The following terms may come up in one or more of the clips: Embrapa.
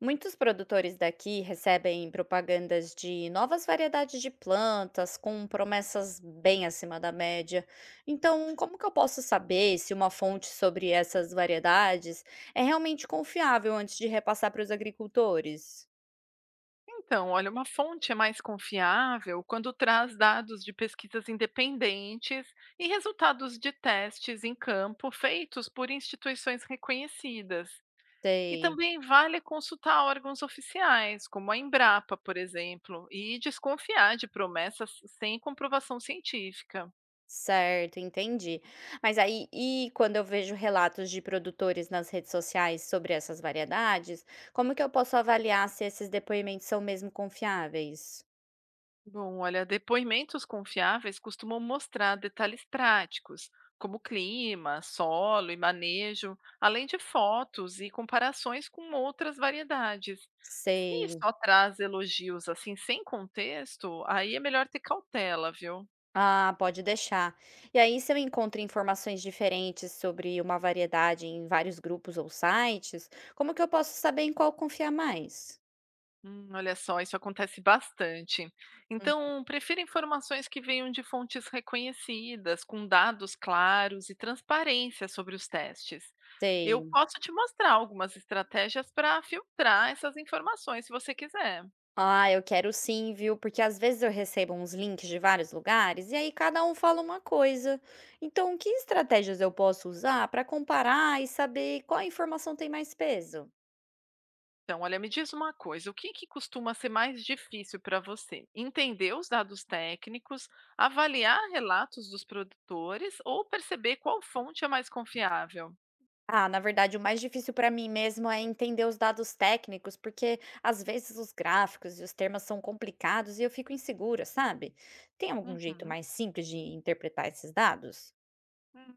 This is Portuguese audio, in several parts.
Muitos produtores daqui recebem propagandas de novas variedades de plantas com promessas bem acima da média. Então, como que eu posso saber se uma fonte sobre essas variedades é realmente confiável antes de repassar para os agricultores? Então, olha, uma fonte é mais confiável quando traz dados de pesquisas independentes e resultados de testes em campo feitos por instituições reconhecidas. E Sei. também vale consultar órgãos oficiais, como a Embrapa, por exemplo, e desconfiar de promessas sem comprovação científica. Certo, entendi. Mas aí, e quando eu vejo relatos de produtores nas redes sociais sobre essas variedades, como que eu posso avaliar se esses depoimentos são mesmo confiáveis? Bom, olha, depoimentos confiáveis costumam mostrar detalhes práticos, como clima, solo e manejo, além de fotos e comparações com outras variedades. Se Sei. só traz elogios assim sem contexto, aí é melhor ter cautela, viu? Ah, pode deixar. E aí, se eu encontro informações diferentes sobre uma variedade em vários grupos ou sites, como que eu posso saber em qual confiar mais? Olha só, isso acontece bastante. Hum. Então, prefira informações que venham de fontes reconhecidas, com dados claros e transparência sobre os testes. Eu Sei. posso te mostrar algumas estratégias para filtrar essas informações, se você quiser. Ah, eu quero sim, viu? Porque às vezes eu recebo uns links de vários lugares e aí cada um fala uma coisa. Então, que estratégias eu posso usar para comparar e saber qual informação tem mais peso? Então, olha, me diz uma coisa: o que costuma ser mais difícil para você? Entender os dados técnicos, avaliar relatos dos produtores ou perceber qual fonte é mais confiável? Ah, na verdade, o mais difícil para mim mesmo é entender os dados técnicos, porque às vezes os gráficos e os termos são complicados e eu fico insegura, sabe? Tem algum jeito Uhum. mais simples de interpretar esses dados?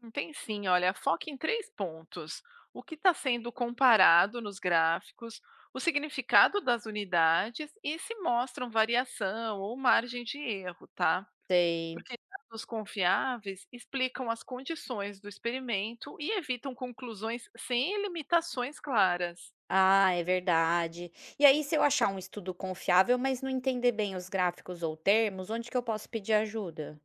Tem sim, olha, foque em três pontos: o que está sendo comparado nos gráficos, o significado das unidades e se mostram variação ou margem de erro, tá? Sei. Porque dados confiáveis explicam as condições do experimento e evitam conclusões sem limitações claras. Ah, é verdade. E aí, se eu achar um estudo confiável, mas não entender bem os gráficos ou termos, onde que eu posso pedir ajuda?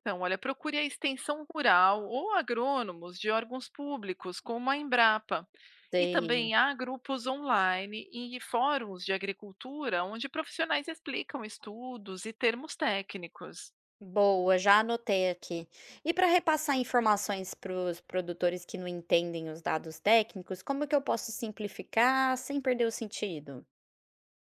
Então, olha, procure a extensão rural ou agrônomos de órgãos públicos, como a Embrapa. E Sei. também há grupos online e fóruns de agricultura onde profissionais explicam estudos e termos técnicos. Boa, já anotei aqui. E para repassar informações para os produtores que não entendem os dados técnicos, como que eu posso simplificar sem perder o sentido?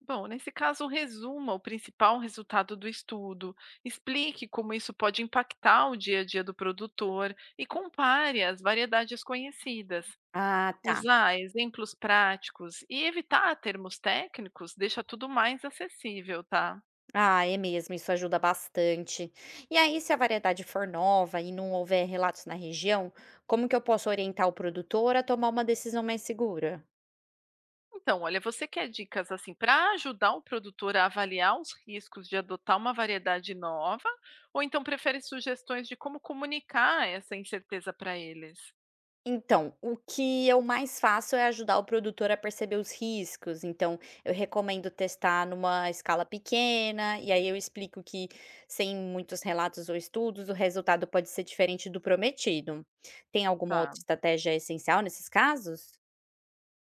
Bom, nesse caso, resuma o principal resultado do estudo, explique como isso pode impactar o dia a dia do produtor e compare as variedades conhecidas. Ah, tá. Usar exemplos práticos e evitar termos técnicos deixa tudo mais acessível, tá? Ah, é mesmo, isso ajuda bastante. E aí, se a variedade for nova e não houver relatos na região, como que eu posso orientar o produtor a tomar uma decisão mais segura? Então, olha, você quer dicas assim para ajudar o produtor a avaliar os riscos de adotar uma variedade nova, ou então prefere sugestões de como comunicar essa incerteza para eles? Então, o que eu mais faço é ajudar o produtor a perceber os riscos. Então, eu recomendo testar numa escala pequena, e aí eu explico que, sem muitos relatos ou estudos, o resultado pode ser diferente do prometido. Tem alguma Tá. outra estratégia essencial nesses casos?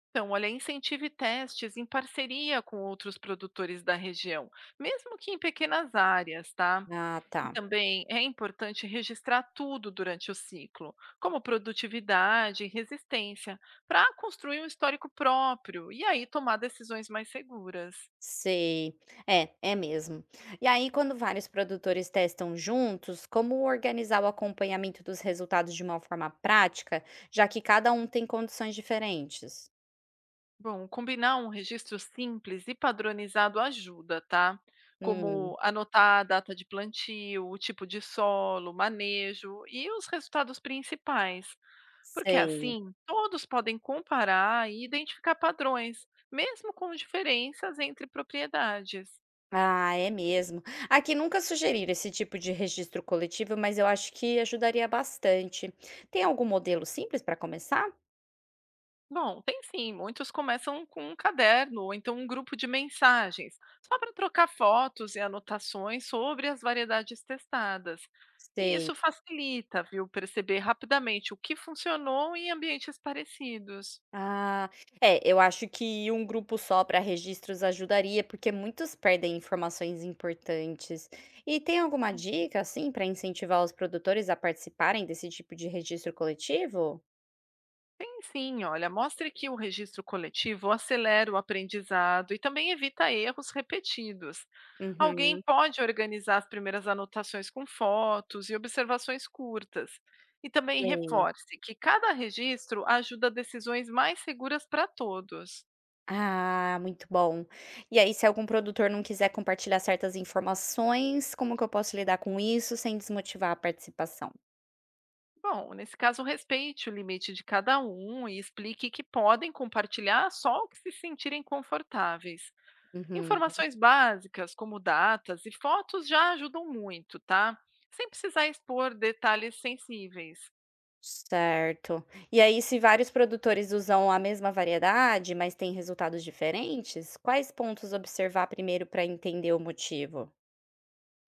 Então, olha, incentive testes em parceria com outros produtores da região, mesmo que em pequenas áreas, tá? Ah, E tá. também é importante registrar tudo durante o ciclo, como produtividade e resistência, para construir um histórico próprio e aí tomar decisões mais seguras. Sei. É, é mesmo. E aí, quando vários produtores testam juntos, como organizar o acompanhamento dos resultados de uma forma prática, já que cada um tem condições diferentes? Bom, combinar um registro simples e padronizado ajuda, tá? Hum, Como anotar a data de plantio, o tipo de solo, manejo e os resultados principais. Porque sei. assim, todos podem comparar e identificar padrões, mesmo com diferenças entre propriedades. Ah, é mesmo. Aqui nunca sugeriram esse tipo de registro coletivo, mas eu acho que ajudaria bastante. Tem algum modelo simples para começar? Bom, tem sim, muitos começam com um caderno ou então um grupo de mensagens, só para trocar fotos e anotações sobre as variedades testadas. E Sei. isso facilita, viu, perceber rapidamente o que funcionou em ambientes parecidos. Ah, é, eu acho que um grupo só para registros ajudaria, porque muitos perdem informações importantes. E tem alguma dica, assim, para incentivar os produtores a participarem desse tipo de registro coletivo? Tem sim, olha, mostre que o registro coletivo acelera o aprendizado e também evita erros repetidos. Alguém Uhum, pode organizar as primeiras anotações com fotos e observações curtas. E também sei. reforce que cada registro ajuda a decisões mais seguras para todos. Ah, muito bom. E aí, se algum produtor não quiser compartilhar certas informações, como que eu posso lidar com isso sem desmotivar a participação? Bom, nesse caso, respeite o limite de cada um e explique que podem compartilhar só o que se sentirem confortáveis. Uhum, Informações básicas, como datas e fotos, já ajudam muito, tá? Sem precisar expor detalhes sensíveis. certo. E aí, se vários produtores usam a mesma variedade, mas têm resultados diferentes, quais pontos observar primeiro para entender o motivo?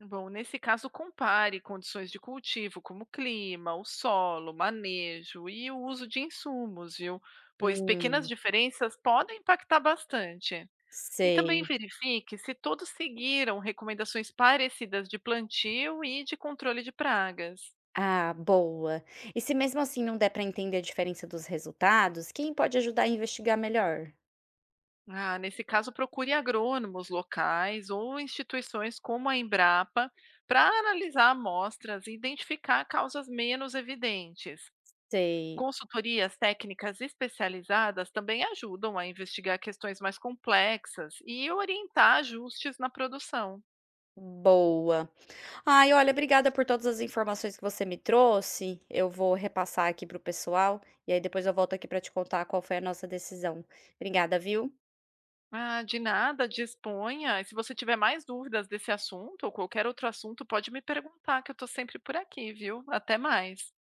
Bom, nesse caso, compare condições de cultivo, como clima, o solo, manejo e o uso de insumos, viu? Pois pequenas Hum, diferenças podem impactar bastante. E também sei. verifique se todos seguiram recomendações parecidas de plantio e de controle de pragas. Ah, boa. E se mesmo assim não der para entender a diferença dos resultados, quem pode ajudar a investigar melhor? Ah, nesse caso, procure agrônomos locais ou instituições como a Embrapa para analisar amostras e identificar causas menos evidentes. Sei. Consultorias técnicas especializadas também ajudam a investigar questões mais complexas e orientar ajustes na produção. Boa. Ai, olha, obrigada por todas as informações que você me trouxe. Eu vou repassar aqui para o pessoal e aí depois eu volto aqui para te contar qual foi a nossa decisão. Obrigada, viu? Ah, de nada, disponha. E se você tiver mais dúvidas desse assunto ou qualquer outro assunto, pode me perguntar, que eu estou sempre por aqui, viu? Até mais.